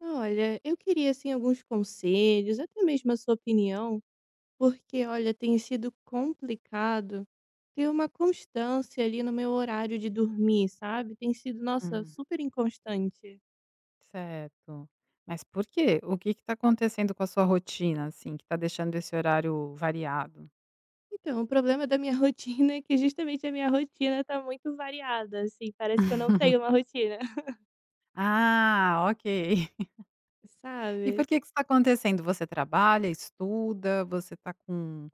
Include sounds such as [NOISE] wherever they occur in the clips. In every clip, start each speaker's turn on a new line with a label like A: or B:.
A: Olha, eu queria assim alguns conselhos, até mesmo a sua opinião, porque olha, tem sido complicado ter uma constância ali no meu horário de dormir, sabe? Tem sido, nossa,
B: Hum,
A: super inconstante.
B: certo. Mas por quê? O que está acontecendo com a sua rotina, assim, que está deixando esse horário variado?
A: Então, o problema da minha [LAUGHS] rotina é que justamente a minha rotina tá muito variada, assim, parece que eu não tenho uma rotina, [LAUGHS]
B: Ah, ok. [LAUGHS] E
A: sabe?
B: por que que isso tá acontecendo? Você trabalha, estuda, você está com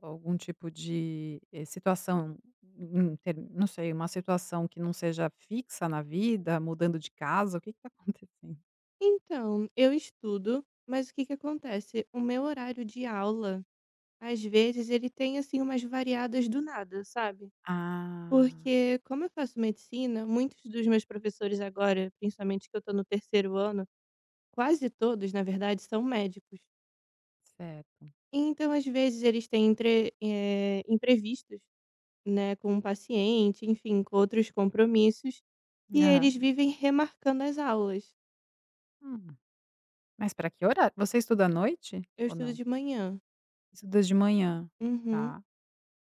B: algum tipo de, situação, inter não sei, uma situação que não seja fixa na vida, mudando de casa, o que está [LAUGHS] acontecendo?
A: Então, eu estudo, mas o que que acontece? O meu horário de aula, às vezes, ele tem assim umas variadas do nada, sabe?
B: Ah,
A: Porque como eu faço medicina, muitos dos meus professores agora, principalmente que eu estou no terceiro ano, quase todos, na verdade, são médicos.
B: certo.
A: Então, às vezes, eles têm entre, imprevistos, né, com um paciente, enfim, com outros compromissos, e
B: Aham.
A: eles vivem remarcando as aulas.
B: Hum, mas para que horário? Você estuda à noite
A: Eu
B: ou
A: estudo
B: não?
A: de manhã.
B: Estuda de manhã?
A: Uhum.
B: Tá.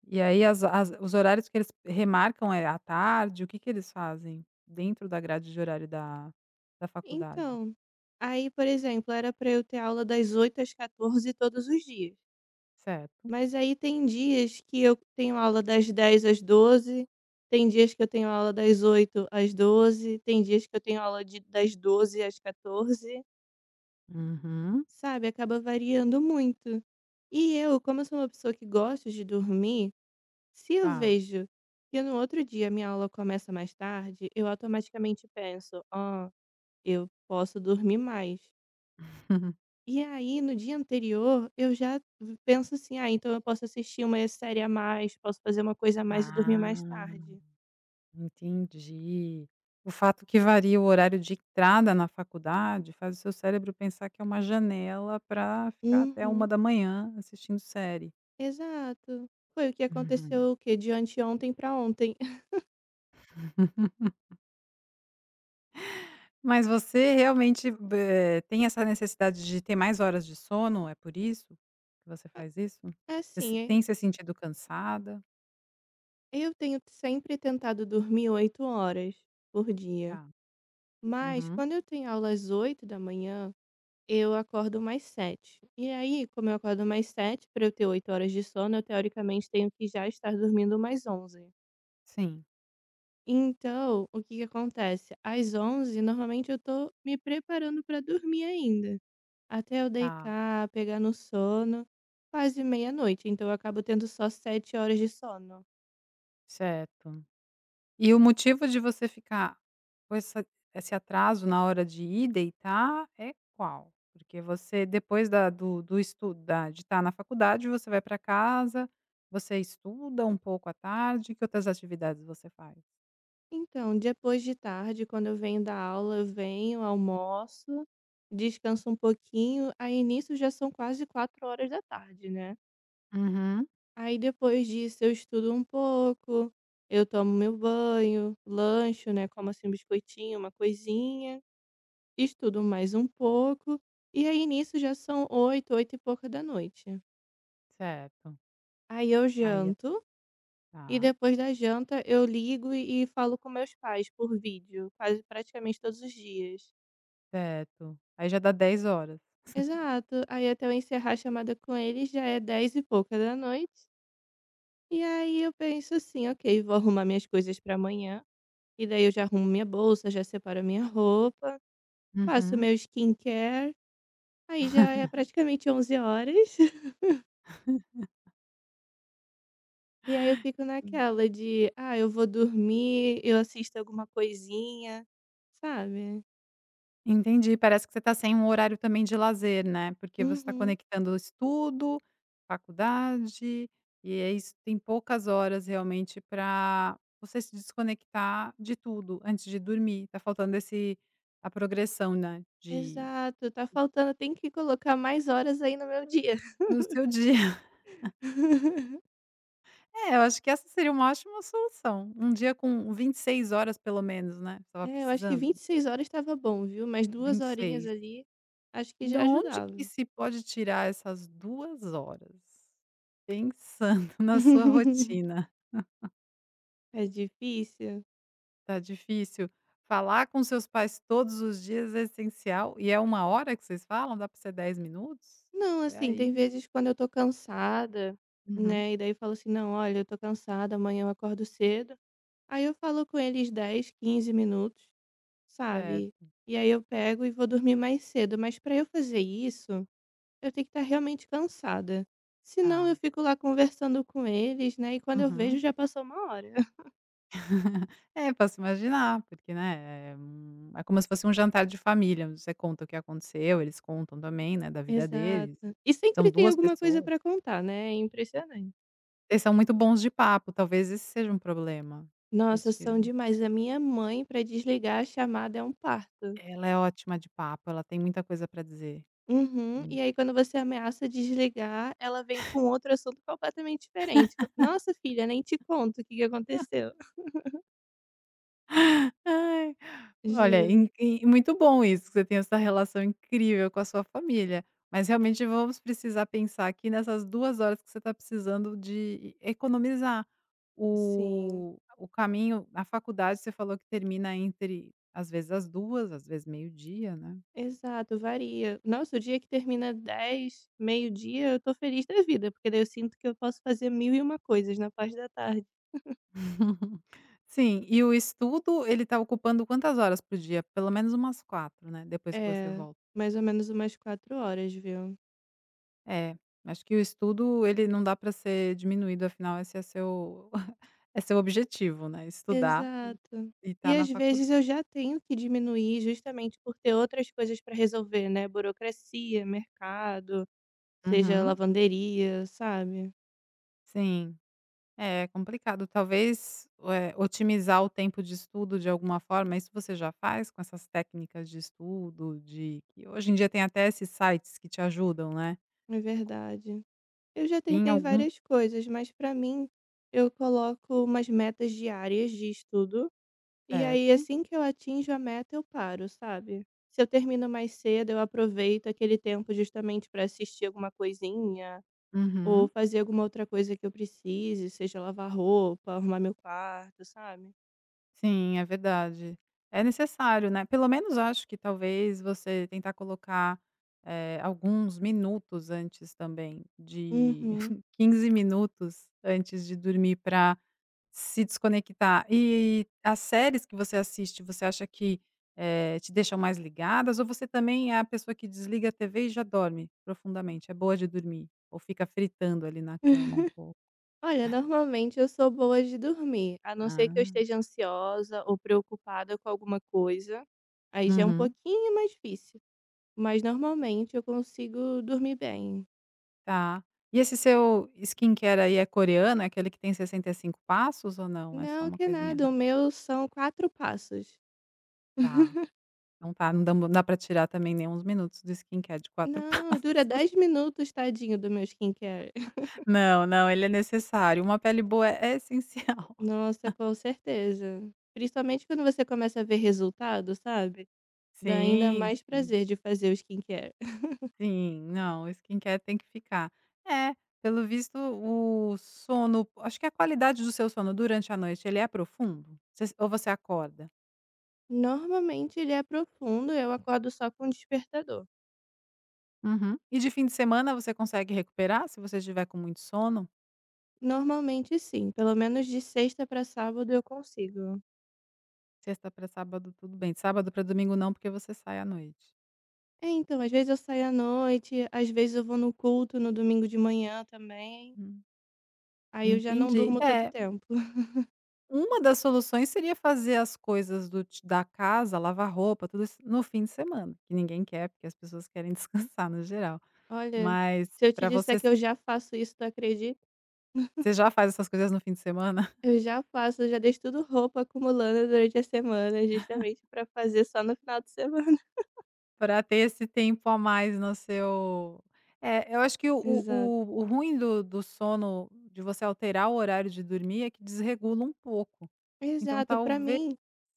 B: E aí as as os horários que eles remarcam é à tarde? O que que eles fazem dentro da grade de horário da faculdade?
A: Então, aí, por exemplo, era para eu ter aula das 8 às 14 todos os dias.
B: Certo.
A: Mas aí tem dias que eu tenho aula das dez às doze, tem dias que eu tenho aula das oito às doze, tem dias que eu tenho aula de das doze às 14,
B: Uhum.
A: sabe, acaba variando muito. E eu, como eu sou uma pessoa que gosta de dormir, se eu
B: Tá.
A: vejo que no outro dia minha aula começa mais tarde, eu automaticamente penso: "Ó, eu posso dormir mais".
B: [LAUGHS]
A: E aí, no dia anterior, eu já v penso assim: "Ah, então eu posso assistir uma série a mais, posso fazer uma coisa a mais e dormir mais
B: Ah,
A: tarde".
B: entendi. O fato que varia o horário de entrada na faculdade faz o seu cérebro pensar que é uma janela para ficar até uma
A: Uhum.
B: da manhã assistindo série.
A: Exato. Foi o que
B: Uhum.
A: aconteceu o quê? De anteontem pra ontem. [LAUGHS]
B: Mas você realmente tem essa necessidade de ter mais horas de sono? É por isso que você faz isso? Você se
A: Assim, é
B: tem
A: que
B: se sentido cansada?
A: eu tenho sempre tentado dormir 8 horas por dia,
B: Tá.
A: mas
B: Uhum.
A: quando eu tenho aula às 8 da manhã eu acordo mais sete. E aí, como eu acordo mais sete para eu ter 8 horas de sono, eu teoricamente tenho que já estar dormindo mais 11.
B: Sim,
A: Então, o que que acontece? Às 11 normalmente eu tô me preparando pra dormir ainda, até eu
B: tá,
A: deitar, pegar no sono, quase meia-noite, então eu acabo tendo só 7 horas de sono.
B: certo. E o motivo de você ficar com essa esse atraso na hora de ir deitar é qual? Porque você, depois da do do estu da de estar na faculdade, você vai para casa, você estuda um pouco à tarde, que outras atividades você faz?
A: Então, depois de tarde, quando eu venho da aula, eu venho, almoço, descanso um pouquinho, aí nisso já são quase 4 horas da tarde, né.
B: Uhum,
A: Aí depois disso eu estudo um pouco, eu tomo meu banho, lancho, né, como assim um biscoitinho, uma coisinha. Estudo mais um pouco, e aí nisso já são oito e pouca da noite.
B: certo.
A: Aí eu
B: Aí,
A: janto, e
B: tá,
A: depois da janta eu ligo e falo com meus pais por vídeo, quase praticamente todos os dias.
B: certo. Aí já dá 10 horas.
A: Exato, aí até eu encerrar a chamada com eles já é dez e pouca da noite, e aí eu penso assim: "Ok, vou arrumar minhas coisas para amanhã", e daí eu já arrumo minha bolsa, já separo a minha roupa, faço
B: Uhum.
A: meu skincare, aí já é praticamente 11 horas. E aí eu fico
B: Hum,
A: naquela de: "Ah, eu vou dormir, eu assisto alguma coisinha", sabe?
B: entendi, parece que você está sem um horário também de lazer, né, porque você está
A: Uhum,
B: conectando o estudo, faculdade, e é isso, tem poucas horas realmente para você se desconectar de tudo antes de dormir, tá faltando esse a progressão, né, de
A: exato, tá faltando, tem que colocar mais horas aí no meu dia.
B: no seu dia. [LAUGHS]
A: [LAUGHS]
B: É, eu acho que essa seria uma ótima solução, um dia com 26 horas pelo menos, né, estava
A: É, eu acho que
B: precisando?
A: 26 horas estava bom, viu, mais duas
B: vinte e
A: horinhas
B: seis
A: ali, acho que
B: De
A: já
B: onde que
A: ajudava.
B: se pode tirar essas 2 horas? Pensando [LAUGHS] na sua
A: [LAUGHS]
B: rotina.
A: É difícil?
B: Tá difícil. Falar com seus pais todos os dias é essencial e é uma hora que vocês falam? Dá para ser 10 minutos?
A: Não,
B: Foi
A: assim, tem
B: aí.
A: vezes quando eu tô cansada,
B: Uhum.
A: né, e daí eu falo assim: "Não, olha, eu tô cansada, amanhã eu acordo cedo", aí eu falo com eles dez, 15 minutos, sabe?
B: Certo,
A: E aí eu pego e vou dormir mais cedo, mas para eu fazer isso, eu tenho que estar realmente cansada. Senão eu
B: tá.
A: fico lá conversando com eles, né? E quando eu vejo
B: Uhum.
A: já passou uma hora. [LAUGHS]
B: [LAUGHS] É, posso imaginar, porque, né, é como se fosse um jantar de família, onde você conta o que aconteceu, eles contam também, né, da vida
A: Exato.
B: deles.
A: E
B: São
A: sempre tem
B: 2
A: alguma coisa
B: pessoas.
A: para contar, né? É impressionante.
B: Vocês são muito bons de papo, talvez esse seja um problema. Vocês
A: Nossa, são
B: ti
A: demais. A minha mãe, para desligar a chamada, é um parto.
B: Ela é ótima de papo, ela tem muita coisa para dizer.
A: Uhum. E
B: Entendi.
A: aí, quando você ameaça desligar, ela vem com outro assunto completamente diferente. Fala, nossa, filha, nem te conto o que que
B: [LAUGHS]
A: aconteceu. [LAUGHS]
B: Ai, olha,
A: Juro.
B: in in muito bom isso, que você tem essa relação incrível com a sua família, mas realmente vamos precisar pensar aqui nessas 2 horas que você está precisando de economizar.
A: Sim.
B: O caminho, a faculdade você falou que termina entre às vezes as 2, às vezes meio-dia, né?
A: Exato, varia. Nossa, o dia que termina dez, meio-dia, eu tô feliz da vida, porque daí eu sinto que eu posso fazer mil e uma coisas na parte da tarde.
B: Sim, e o estudo ele tá ocupando quantas horas por dia? Pelo menos umas quatro, né, depois que você
A: É,
B: volta.
A: mais ou menos umas quatro horas, viu?
B: É, acho que o estudo ele não dá para ser diminuído, afinal esse é seu [LAUGHS] é seu objetivo, né, estudar e
A: Exato. E
B: estar na
A: às
B: faculdade.
A: vezes eu já tenho que diminuir justamente por ter outras coisas pra resolver, né? Burocracia, mercado, seja
B: Uhum,
A: lavanderia, sabe?
B: sim. É complicado, talvez, otimizar o tempo de estudo de alguma forma, isso você já faz com essas técnicas de estudo, de que hoje em dia tem até esses sites que te ajudam, né.
A: É verdade. Eu já
B: Tem
A: tentei
B: algum?
A: várias coisas, mas pra mim eu coloco umas metas diárias de estudo. E aí,
B: Certo.
A: assim que eu atinjo a meta, eu paro, sabe. Se eu termino mais cedo, eu aproveito aquele tempo justamente para assistir alguma coisinha ou
B: Uhum.
A: fazer alguma outra coisa que eu precise, seja lavar roupa, arrumar meu quarto, sabe.
B: Sim, é verdade. É necessário, né, pelo menos acho que talvez você tentar colocar, alguns minutos antes também, de
A: Uhum.
B: [LAUGHS] 15 minutos antes de dormir, para se desconectar. E as séries que você assiste, você acha que, te deixam mais ligadas, ou você também é a pessoa que desliga a TV e já dorme profundamente, é boa de dormir? Ou fica fritando ali na cama um pouco?
A: [LAUGHS] Olha, normalmente eu sou boa de dormir, a não ser que eu
B: Ah,
A: esteja ansiosa ou preocupada com alguma coisa, aí já é um
B: uhum.
A: pouquinho mais difícil, mas normalmente eu consigo dormir bem.
B: Tá. E esse seu skincare aí é coreano? É aquele que tem 65 passos ou não? É só
A: Não,
B: uma
A: que
B: coisinha
A: nada, o
B: rápida?
A: meu são 4 passos.
B: Tá. Não, tá, não dá pra tirar também nem uns minutos do skincare de 4
A: Não,
B: [LAUGHS]
A: dura
B: passos.
A: 10 minutos, tadinho do meu skincare. [LAUGHS]
B: Não, não, ele é necessário. Uma pele boa é essencial. [LAUGHS]
A: Nossa, com certeza. Principalmente quando você começa a ver resultado, sabe, dá ainda
B: Sim,
A: mais
B: sim,
A: prazer de fazer o skincare. [LAUGHS]
B: sim. Não, o skincare tem que ficar. É, pelo visto, o sono, acho que a qualidade do seu sono durante a noite, ele é profundo? Você ou você acorda?
A: Normalmente ele é profundo, eu acordo só com o despertador.
B: Uhum. E de fim de semana você consegue recuperar se você estiver com muito sono?
A: Normalmente sim, pelo menos de sexta pra sábado eu consigo.
B: Sexta para sábado, tudo bem. De sábado para domingo não, porque você sai à noite.
A: É, então, às vezes eu saio à noite, às vezes eu vou no culto no domingo de manhã também,
B: Hum,
A: aí eu já não
B: entendi.
A: durmo tanto
B: É,
A: tempo. [LAUGHS]
B: uma das soluções seria fazer as coisas do ti da casa, lavar roupa, tudo isso, no fim de semana, que ninguém quer, porque as pessoas querem [LAUGHS] descansar no geral.
A: Olha,
B: Mas,
A: se eu te
B: para
A: disser
B: você
A: que eu já faço isso, tu acredita?
B: você já faz essas coisas no fim de semana, [LAUGHS]
A: Eu já faço, eu já deixo tudo roupa acumulando durante a semana, justamente pra fazer só no final de semana. [LAUGHS]
B: para ter esse tempo a mais no seu. É, eu acho que o o
A: Exato.
B: o o ruim do sono, de você alterar o horário de dormir, é que desregula um pouco. Então
A: Exato, pra
B: talvez.
A: mim,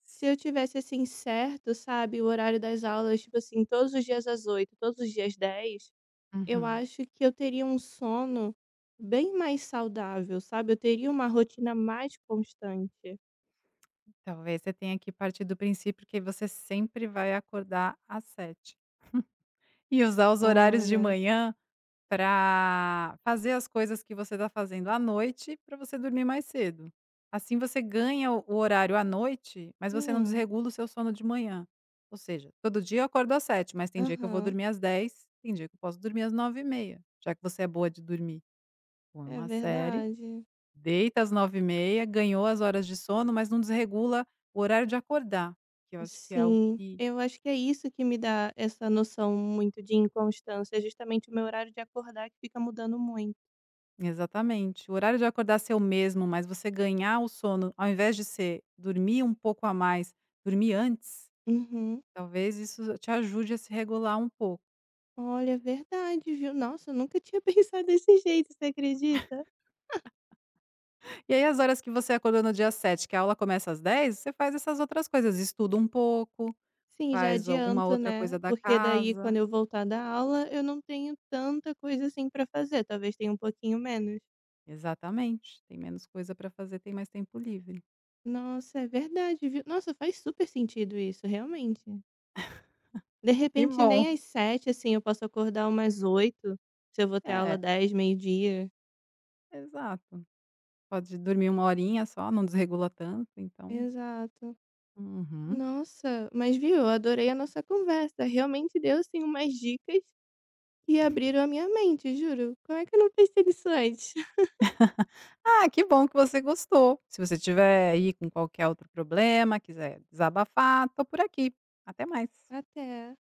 A: se eu tivesse assim certo, sabe, o horário das aulas, tipo assim, todos os dias às 8, todos os dias 10, eu
B: Uhum.
A: acho que eu teria um sono bem mais saudável, sabe? Eu teria uma rotina mais constante.
B: Talvez você tenha que partir do princípio que você sempre vai acordar às 7 e usar os horários de
A: Olha.
B: manhã para fazer as coisas que você está fazendo à noite, para você dormir mais cedo. Assim você ganha o horário à noite, mas você não
A: Hum.
B: desregula o seu sono de manhã. Ou seja, todo dia eu acordo às 7, mas tem dia que eu vou
A: Aham,
B: dormir às 10, tem dia que eu posso dormir às 9h30, já que você é boa de dormir. Põe
A: é
B: uma série.
A: verdade.
B: Deita às 9h30, ganhou as horas de sono, mas não desregula o horário de acordar, que eu acho que é o
A: Sim,
B: que
A: eu acho que é isso que me dá essa noção muito de inconstância, é justamente o meu horário de acordar que fica mudando muito.
B: exatamente. O horário de acordar ser o mesmo, mas você ganhar o sono, ao invés de ser dormir um pouco a mais, dormir antes,
A: Uhum.
B: talvez isso te ajude a se regular um pouco.
A: Olha, é verdade, viu? Nossa, eu nunca tinha [LAUGHS] pensado desse jeito, você acredita?
B: E aí as horas que você acordou no dia, 7, que a aula começa às 10, você faz essas outras coisas, estuda um pouco,
A: Sim, já
B: faz alguma
A: adianto,
B: outra
A: né?
B: coisa da
A: Porque daí quando
B: casa.
A: eu voltar da aula, eu não tenho tanta coisa assim pra fazer, talvez tenha um pouquinho menos.
B: Exatamente, tem menos coisa para fazer, tem mais tempo livre.
A: Nossa, é verdade, viu? Nossa, faz super sentido isso, realmente. De
B: Que
A: repente
B: bom.
A: nem às sete assim, eu posso acordar umas oito se eu vou ter aula
B: É.
A: dez, meio-dia.
B: Exato. Pode dormir uma horinha só, não desregula tanto, então,
A: Exato.
B: uhum.
A: Nossa, mas viu, eu adorei a nossa conversa, realmente deu, assim, umas dicas que abriram a minha mente, juro. Como é que eu não pensei nisso antes? [LAUGHS]
B: Ah, que bom que você gostou. Se você tiver aí com qualquer outro problema, quiser desabafar, tô por aqui. Até mais.
A: Até.